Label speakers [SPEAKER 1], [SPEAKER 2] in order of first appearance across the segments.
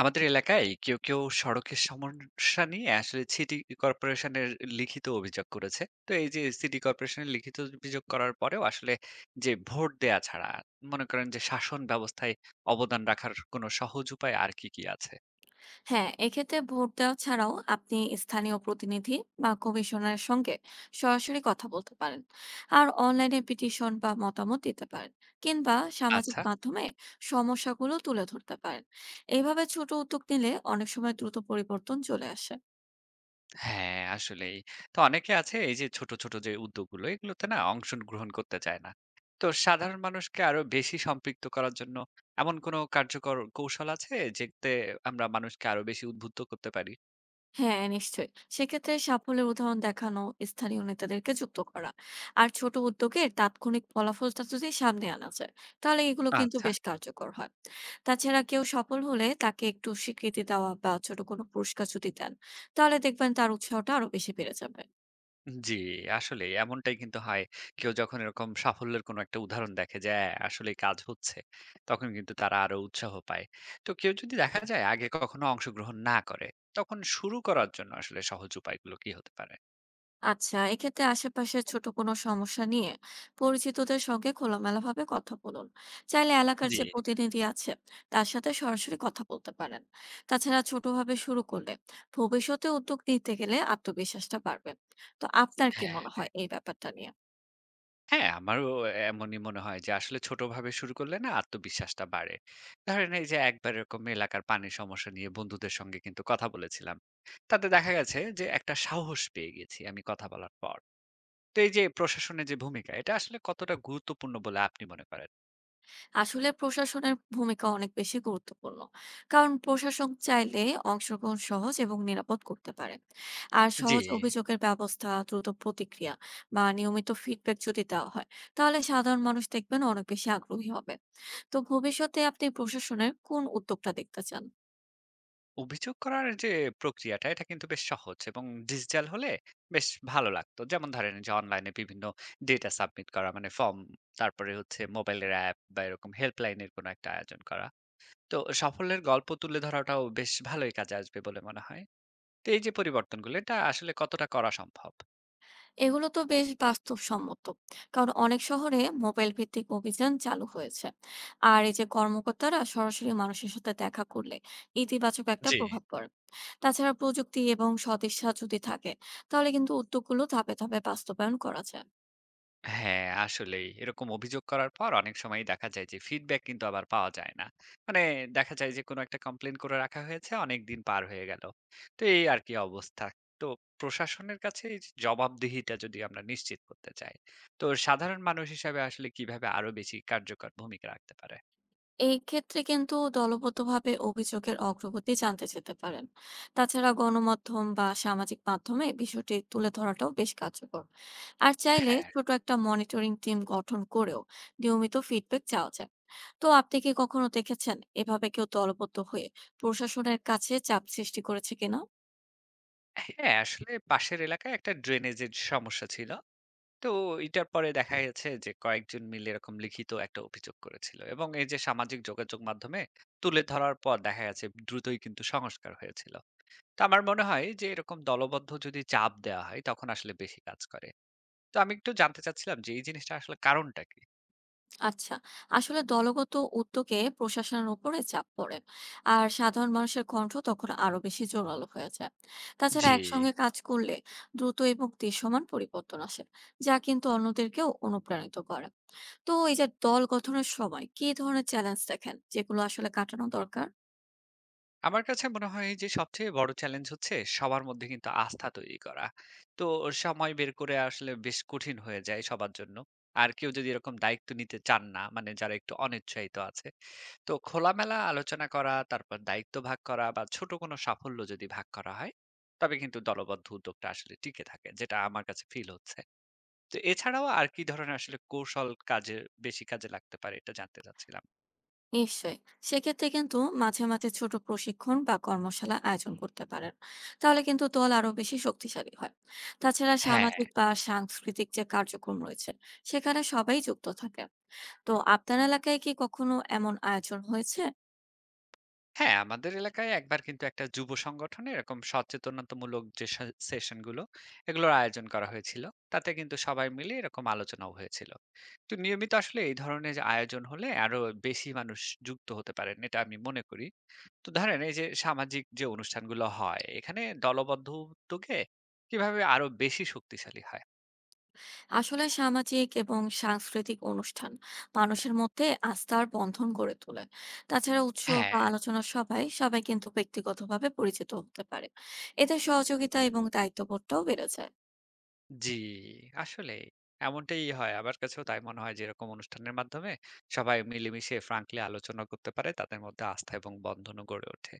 [SPEAKER 1] আমাদের এলাকায় কেউ কেউ সড়কের সমস্যা নিয়ে আসলে সিটি কর্পোরেশনের লিখিত অভিযোগ করেছে। তো এই যে সিটি কর্পোরেশনের লিখিত অভিযোগ করার পরেও আসলে যে ভোট দেয়া ছাড়া মনে করেন যে শাসন ব্যবস্থায় অবদান রাখার কোনো সহজ উপায় আর কি কি আছে?
[SPEAKER 2] হ্যাঁ এক্ষেত্রে ভোট দেওয়া ছাড়াও আপনি স্থানীয় প্রতিনিধি বা কমিশনারের সঙ্গে সরাসরি কথা বলতে পারেন। আর অনলাইনে পিটিশন বা মতামত দিতে পারেন, কিংবা সামাজিক
[SPEAKER 1] আচ্ছা।
[SPEAKER 2] মাধ্যমে সমস্যাগুলো তুলে ধরতে পারেন। এইভাবে ছোট উদ্যোগ নিলে অনেক সময় দ্রুত পরিবর্তন চলে আসে।
[SPEAKER 1] হ্যাঁ, আসলেই। তো অনেকে আছে এই যে ছোট ছোট যে উদ্যোগগুলো, এগুলোতে না অংশ গ্রহণ করতে চায় না। তো সাধারণ মানুষকে আরো বেশি সম্পৃক্ত করার জন্য এমন কোনো কার্যকর কৌশল আছে যেতে আমরা মানুষকে আরো বেশি উদ্বুদ্ধ করতে পারি?
[SPEAKER 2] হ্যাঁ, নিশ্চয়ই। সেক্ষেত্রে সাফল্যের উদাহরণ দেখানো, স্থানীয় নেতাদেরকে যুক্ত করা আর ছোট উদ্যোগের তাৎক্ষণিক ফলাফলটা যদি সামনে আনা যায়, তাহলে এগুলো কিন্তু
[SPEAKER 1] আচ্ছা।
[SPEAKER 2] বেশ কার্যকর হয়। তাছাড়া কেউ সফল হলে তাকে একটু স্বীকৃতি দেওয়া বা ছোট কোনো পুরস্কার যদি দেন, তাহলে দেখবেন তার উৎসাহটা আরো বেশি বেড়ে যাবে।
[SPEAKER 1] জি, আসলেই এমনটাই কিন্তু হয়। কেউ যখন এরকম সাফল্যের কোনো একটা উদাহরণ দেখে যে হ্যাঁ, আসলেই কাজ হচ্ছে, তখন কিন্তু তারা আরো উৎসাহ পায়। তো কেউ যদি দেখা যায় আগে কখনো অংশগ্রহণ না করে, তখন শুরু করার জন্য আসলে সহজ উপায়গুলো কি হতে পারে?
[SPEAKER 2] আচ্ছা, এক্ষেত্রে আশেপাশের ছোট কোনো সমস্যা নিয়ে পরিচিতদের সঙ্গে খোলামেলাভাবে কথা বলুন। চাইলে এলাকার
[SPEAKER 1] জি,
[SPEAKER 2] যে প্রতিনিধি আছে তার সাথে সরাসরি কথা বলতে পারেন। তাছাড়া ছোটভাবে শুরু করলে ভবিষ্যতে উদ্যোগ নিতে গেলে আত্মবিশ্বাসটা বাড়বে। তো আপনার কি
[SPEAKER 1] হ্যাঁ।
[SPEAKER 2] মনে হয় এই ব্যাপারটা নিয়ে?
[SPEAKER 1] হ্যাঁ, আমারও এমনই মনে হয় যে আসলে ছোটভাবে শুরু করলে না আত্মবিশ্বাসটা বাড়ে। ধরেন এই যে একবার এরকম এলাকার পানির সমস্যা নিয়ে বন্ধুদের সঙ্গে কিন্তু কথা বলেছিলাম। তাতে দেখা গেছে যে একটা সাহস পেয়ে গেছি আমি কথা বলার পর। তো এই যে প্রশাসনের যে ভূমিকা এটা আসলে কতটা গুরুত্বপূর্ণ বলে আপনি মনে করেন?
[SPEAKER 2] আসলে প্রশাসনের ভূমিকা অনেক বেশি গুরুত্বপূর্ণ, কারণ প্রশাসন চাইলে অংশগ্রহণ সহজ এবং নিরাপদ করতে পারে। আর
[SPEAKER 1] জি।
[SPEAKER 2] সহজ অভিযোগের ব্যবস্থা, দ্রুত প্রতিক্রিয়া বা নিয়মিত ফিডব্যাক যদি দেওয়া হয়, তাহলে সাধারণ মানুষ দেখবেন অনেক বেশি আগ্রহী হবে। তো ভবিষ্যতে আপনি প্রশাসনের কোন উদ্যোগটা দেখতে চান?
[SPEAKER 1] অভিযোগ করার যে প্রক্রিয়াটা এটা কিন্তু বেশ সহজ এবং ডিজিটাল হলে বেশ ভালো লাগতো। যেমন ধরেন যে অনলাইনে বিভিন্ন ডেটা সাবমিট করা মানে ফর্ম, তারপরে হচ্ছে মোবাইলের অ্যাপ বা এরকম হেল্পলাইন এর কোনো একটা আয়োজন করা। তো সাফল্যের গল্প তুলে ধরাটাও বেশ ভালোই কাজে আসবে বলে মনে হয়। তো এই যে পরিবর্তনগুলো এটা আসলে কতটা করা সম্ভব?
[SPEAKER 2] এগুলো তো বেশ বাস্তবসম্মত, কারণ অনেক শহরে মোবাইল ভিত্তিক অভিযান চালু হয়েছে। আর এই যে কর্মকর্তারা সরাসরি মানুষের সাথে দেখা করলে ইতিবাচক একটা
[SPEAKER 1] জি।
[SPEAKER 2] প্রভাব পড়ে। তাছাড়া প্রযুক্তি এবং সদিচ্ছা যদি থাকে, তাহলে কিন্তু উদ্যোগগুলো ধাপে ধাপে বাস্তবায়ন করা যায়।
[SPEAKER 1] হ্যাঁ, আসলেই। এরকম অভিযোগ করার পর অনেক সময়ই দেখা যায় যে ফিডব্যাক কিন্তু আবার পাওয়া যায় না। মানে দেখা যায় যে কোনো একটা কমপ্লেইন করে রাখা হয়েছে, অনেকদিন পার হয়ে গেল। তো এই আরকি অবস্থা। তো প্রশাসনের কাছে এই জবাবদিহিতা যদি আমরা নিশ্চিত করতে চাই, তো সাধারণ মানুষ হিসাবে আসলে কিভাবে আরো বেশি কার্যকর ভূমিকা রাখতে পারে?
[SPEAKER 2] এই ক্ষেত্রে কিন্তু দলবদ্ধভাবে অভিযোগের অগ্রগতি জানতে যেতে পারেন। তাছাড়া গণমাধ্যম বা সামাজিক মাধ্যমে বিষয়টি তুলে ধরাটাও বেশ কার্যকর। আর চাইলে
[SPEAKER 1] হ্যাঁ,
[SPEAKER 2] ছোট একটা মনিটরিং টিম গঠন করেও নিয়মিত ফিডব্যাক চাওয়া যায়। তো আপনি কি কখনো দেখেছেন এভাবে কেউ দলবদ্ধ হয়ে প্রশাসনের কাছে চাপ সৃষ্টি করেছে কিনা?
[SPEAKER 1] হ্যাঁ আসলে পাশের এলাকায় একটা ড্রেনেজের সমস্যা ছিল। তো এটার পরে দেখা গেছে যে কয়েকজন মিলে এরকম লিখিত একটা অভিযোগ করেছিল এবং এই যে সামাজিক যোগাযোগ মাধ্যমে তুলে ধরার পর দেখা গেছে দ্রুতই কিন্তু সংস্কার হয়েছিল। তো আমার মনে হয় যে এরকম দলবদ্ধ যদি চাপ দেওয়া হয় তখন আসলে বেশি কাজ করে। তো আমি একটু জানতে চাচ্ছিলাম যে এই জিনিসটা আসলে কারণটা কি?
[SPEAKER 2] আচ্ছা, আসলে দলগত উদ্যোগে প্রশাসনের উপরে চাপ পড়ে, আর সাধারণ মানুষের কণ্ঠ তখন আরো বেশি জোরালো হয়ে যায়। তাছাড়া
[SPEAKER 1] জি।
[SPEAKER 2] একসঙ্গে কাজ করলে দ্রুত এবং দৃশ্যমান পরিবর্তন আসে, যা কিন্তু অন্যদেরকেও অনুপ্রাণিত করে। তো এই যে দল গঠনের সময় কি ধরনের চ্যালেঞ্জ দেখেন যেগুলো আসলে কাটানো দরকার?
[SPEAKER 1] আমার কাছে মনে হয় যে সবচেয়ে বড় চ্যালেঞ্জ হচ্ছে সবার মধ্যে কিন্তু আস্থা তৈরি করা। তো সময় বের করে আসলে বেশ কঠিন হয়ে যায় সবার জন্য। আর কেউ যদি এরকম দায়িত্ব নিতে চান না মানে যারা একটু অনিচ্ছায়িত আছে, তো খোলামেলা আলোচনা করা তারপর দায়িত্ব ভাগ করা বা ছোট কোনো সাফল্য যদি ভাগ করা হয় তবে কিন্তু দলবদ্ধ উদ্যোগটা আসলে টিকে থাকে, যেটা আমার কাছে ফিল হচ্ছে। তো এছাড়াও আর কি ধরনের আসলে কৌশল কাজে বেশি কাজে লাগতে পারে এটা জানতে চাচ্ছিলাম।
[SPEAKER 2] নিশ্চয়ই, সেক্ষেত্রে কিন্তু মাঝে মাঝে ছোট প্রশিক্ষণ বা কর্মশালা আয়োজন করতে পারেন। তাহলে কিন্তু দল আরো বেশি শক্তিশালী হয়। তাছাড়া
[SPEAKER 1] হ্যাঁ।
[SPEAKER 2] সামাজিক বা সাংস্কৃতিক যে কার্যক্রম রয়েছে, সেখানে সবাই যুক্ত থাকে। তো আপনার এলাকায় কি কখনো এমন আয়োজন হয়েছে?
[SPEAKER 1] হ্যাঁ, আমাদের এলাকায় একবার কিন্তু একটা যুব সংগঠনে এরকম সচেতনতামূলক যে সেশন গুলো এগুলোর আয়োজন করা হয়েছিল। তাতে কিন্তু সবাই মিলে এরকম আলোচনাও হয়েছিল। তো নিয়মিত আসলে এই ধরনের আয়োজন হলে আরো বেশি মানুষ যুক্ত হতে পারেন এটা আমি মনে করি। তো ধরেন এই যে সামাজিক যে অনুষ্ঠানগুলো হয় এখানে দলবদ্ধ উদ্যোগে কিভাবে আরো বেশি শক্তিশালী হয়?
[SPEAKER 2] আসলে সামাজিক এবং সাংস্কৃতিক অনুষ্ঠান মানুষের মধ্যে আস্থার বন্ধন গড়ে তোলে। তাছাড়া উৎসব বা
[SPEAKER 1] হ্যাঁ।
[SPEAKER 2] আলোচনা সভায় সবাই কিন্তু ব্যক্তিগতভাবে পরিচিত হতে পারে। এতে সহযোগিতা এবং দায়িত্ববোধটাও বেড়ে যায়।
[SPEAKER 1] জি। আসলে এমনটাই হয়, আমার কাছেও তাই মনে হয় যে এরকম অনুষ্ঠানের মাধ্যমে সবাই মিলেমিশে ফ্রাঙ্কলি আলোচনা করতে পারে, তাদের মধ্যে আস্থা এবং বন্ধনও গড়ে ওঠে।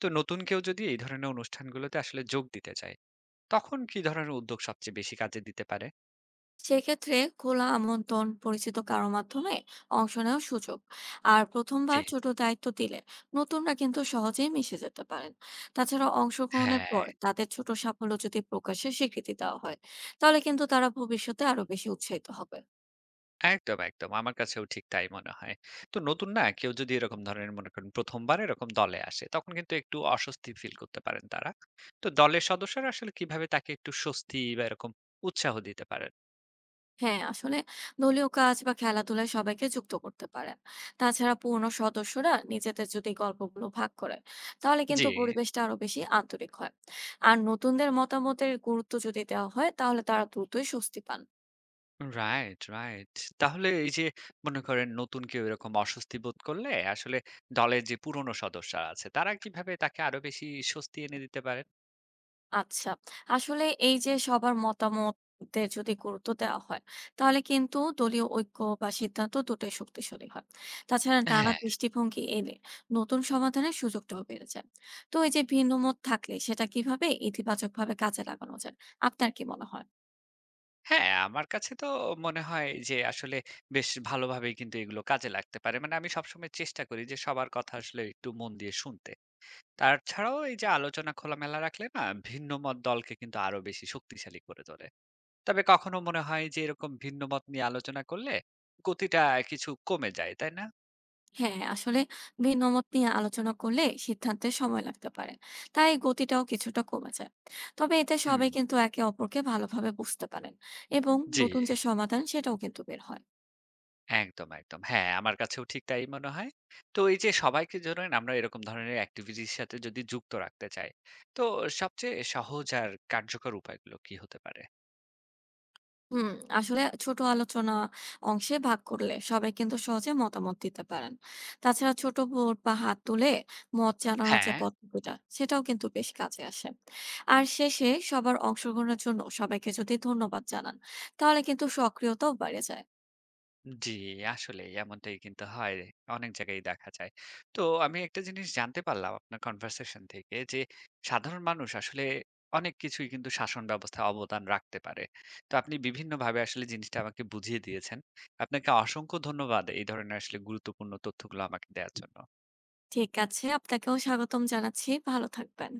[SPEAKER 1] তো নতুন কেউ যদি এই ধরনের অনুষ্ঠানগুলোতে আসলে যোগ দিতে চায় তখন কি ধরনের উদ্যোগ সবচেয়ে বেশি কাজে দিতে পারে?
[SPEAKER 2] সেক্ষেত্রে খোলা আমন্ত্রণ, পরিচিত কারো মাধ্যমে অংশ নেওয়ার সুযোগ আর
[SPEAKER 1] জি।
[SPEAKER 2] প্রথমবার ছোট দায়িত্ব দিলে নতুনরা কিন্তু সহজেই মিশে যেতে পারেন। তাছাড়া অংশগ্রহণের
[SPEAKER 1] হ্যাঁ।
[SPEAKER 2] পর তাদের ছোট সাফল্য যদি প্রকাশের স্বীকৃতি দেওয়া হয়, তাহলে কিন্তু তারা ভবিষ্যতে আরো বেশি উৎসাহিত হবে।
[SPEAKER 1] একদম, একদম। আমার কাছেও ঠিক তাই মনে হয়। তো নতুন না কেউ যদি এরকম ধরনের মনে করেন ১ম বার এরকম দলে আসে, তখন কিন্তু একটু অস্বস্তি ফিল করতে পারেন তারা। তো দলের সদস্যরা আসলে কিভাবে তাকে একটু স্বস্তি বা এরকম উৎসাহ দিতে পারেন?
[SPEAKER 2] হ্যাঁ, আসলে দলীয় কাজ বা খেলাধুলায় সবাইকে যুক্ত করতে পারেন। তাছাড়া পুরনো সদস্যরা নিজেদের যদি গল্পগুলো ভাগ করে, তাহলে
[SPEAKER 1] জি।
[SPEAKER 2] কিন্তু পরিবেশটা আরো বেশি আন্তরিক হয়। আর নতুনদের মতামতের গুরুত্ব যদি দেওয়া হয়, তাহলে তারা দ্রুতই স্বস্তি পান।
[SPEAKER 1] Right, right. তাহলে এই যে মনে করেন নতুন কেউ এরকম অস্বস্তি বোধ করলে আসলে দলের যে পুরনো সদস্যরা আছে তারা কিভাবে তাকে আরো বেশি স্বস্তি এনে দিতে পারেন?
[SPEAKER 2] আচ্ছা। আসলে এই যে সবার মতামতে যদি গুরুত্ব দেওয়া হয়, তাহলে কিন্তু দলীয় ঐক্য বা সিদ্ধান্ত দুটোই শক্তিশালী হয়। তাছাড়া নানা
[SPEAKER 1] হ্যাঁ।
[SPEAKER 2] দৃষ্টিভঙ্গি এলে নতুন সমাধানের সুযোগটাও বেড়ে যায়। তো এই যে ভিন্ন মত থাকলে সেটা কিভাবে ইতিবাচকভাবে কাজে লাগানো যায়? আপনার কি মনে হয়?
[SPEAKER 1] হ্যাঁ, আমার কাছে তো মনে হয় যে আসলে বেশ ভালোভাবেই কিন্তু এগুলো কাজে লাগতে পারে। মানে আমি সবসময় চেষ্টা করি যে সবার কথা আসলে একটু মন দিয়ে শুনতে। তাছাড়াও এই যে আলোচনা খোলামেলা রাখলে না ভিন্ন মত দলকে কিন্তু আরো বেশি শক্তিশালী করে তোলে। তবে কখনো মনে হয় যে এরকম ভিন্ন মত নিয়ে আলোচনা করলে গতিটা কিছু কমে যায়, তাই না?
[SPEAKER 2] হ্যাঁ, আসলে ভিন্ন মত নিয়ে আলোচনা করলে সিদ্ধান্তে সময় লাগতে পারে। তাই গতিটাও কিছুটা কমে যায়। তবে এতে
[SPEAKER 1] হুম।
[SPEAKER 2] সবাই কিন্তু একে অপরকে ভালোভাবে বুঝতে পারেন এবং
[SPEAKER 1] জি।
[SPEAKER 2] নতুন যে সমাধান সেটাও কিন্তু বের হয়।
[SPEAKER 1] একদম, একদম। হ্যাঁ, আমার কাছেও ঠিক তাই মনে হয়। তো এই যে সবাইকে ধরেন আমরা এরকম ধরনের এক্টিভিটির সাথে যদি যুক্ত রাখতে চাই, তো সবচেয়ে সহজ আর কার্যকর উপায়গুলো কি হতে পারে?
[SPEAKER 2] হুম, আসলে ছোট আলোচনা অংশে ভাগ করলে সবাই কিন্তু সহজে মতামত দিতে পারেন। তাছাড়া ছোট ভোট বা হাত তুলে মত জানানোর যে
[SPEAKER 1] হ্যাঁ।
[SPEAKER 2] পদ্ধতিটা সেটাও কিন্তু বেশ কাজে আসে। আর শেষে সবার অংশগ্রহণের জন্য সবাইকে যদি ধন্যবাদ জানান, তাহলে কিন্তু সক্রিয়তাও বেড়ে যায়।
[SPEAKER 1] জি, আসলেই এমনটাই কিন্তু হয়। অনেক জায়গায়ই দেখা যায়। তো আমি একটা জিনিস জানতে পারলাম আপনার কনভারসেশন থেকে যে, সাধারণ মানুষ আসলে অনেক কিছুই কিন্তু শাসন ব্যবস্থায় অবদান রাখতে পারে। তো আপনি বিভিন্নভাবে আসলে জিনিসটা আমাকে বুঝিয়ে দিয়েছেন। আপনাকে অসংখ্য ধন্যবাদ এই ধরনের আসলে গুরুত্বপূর্ণ তথ্যগুলো আমাকে দেয়ার জন্য।
[SPEAKER 2] ঠিক আছে, আপনাকেও স্বাগতম জানাচ্ছি। ভালো থাকবেন।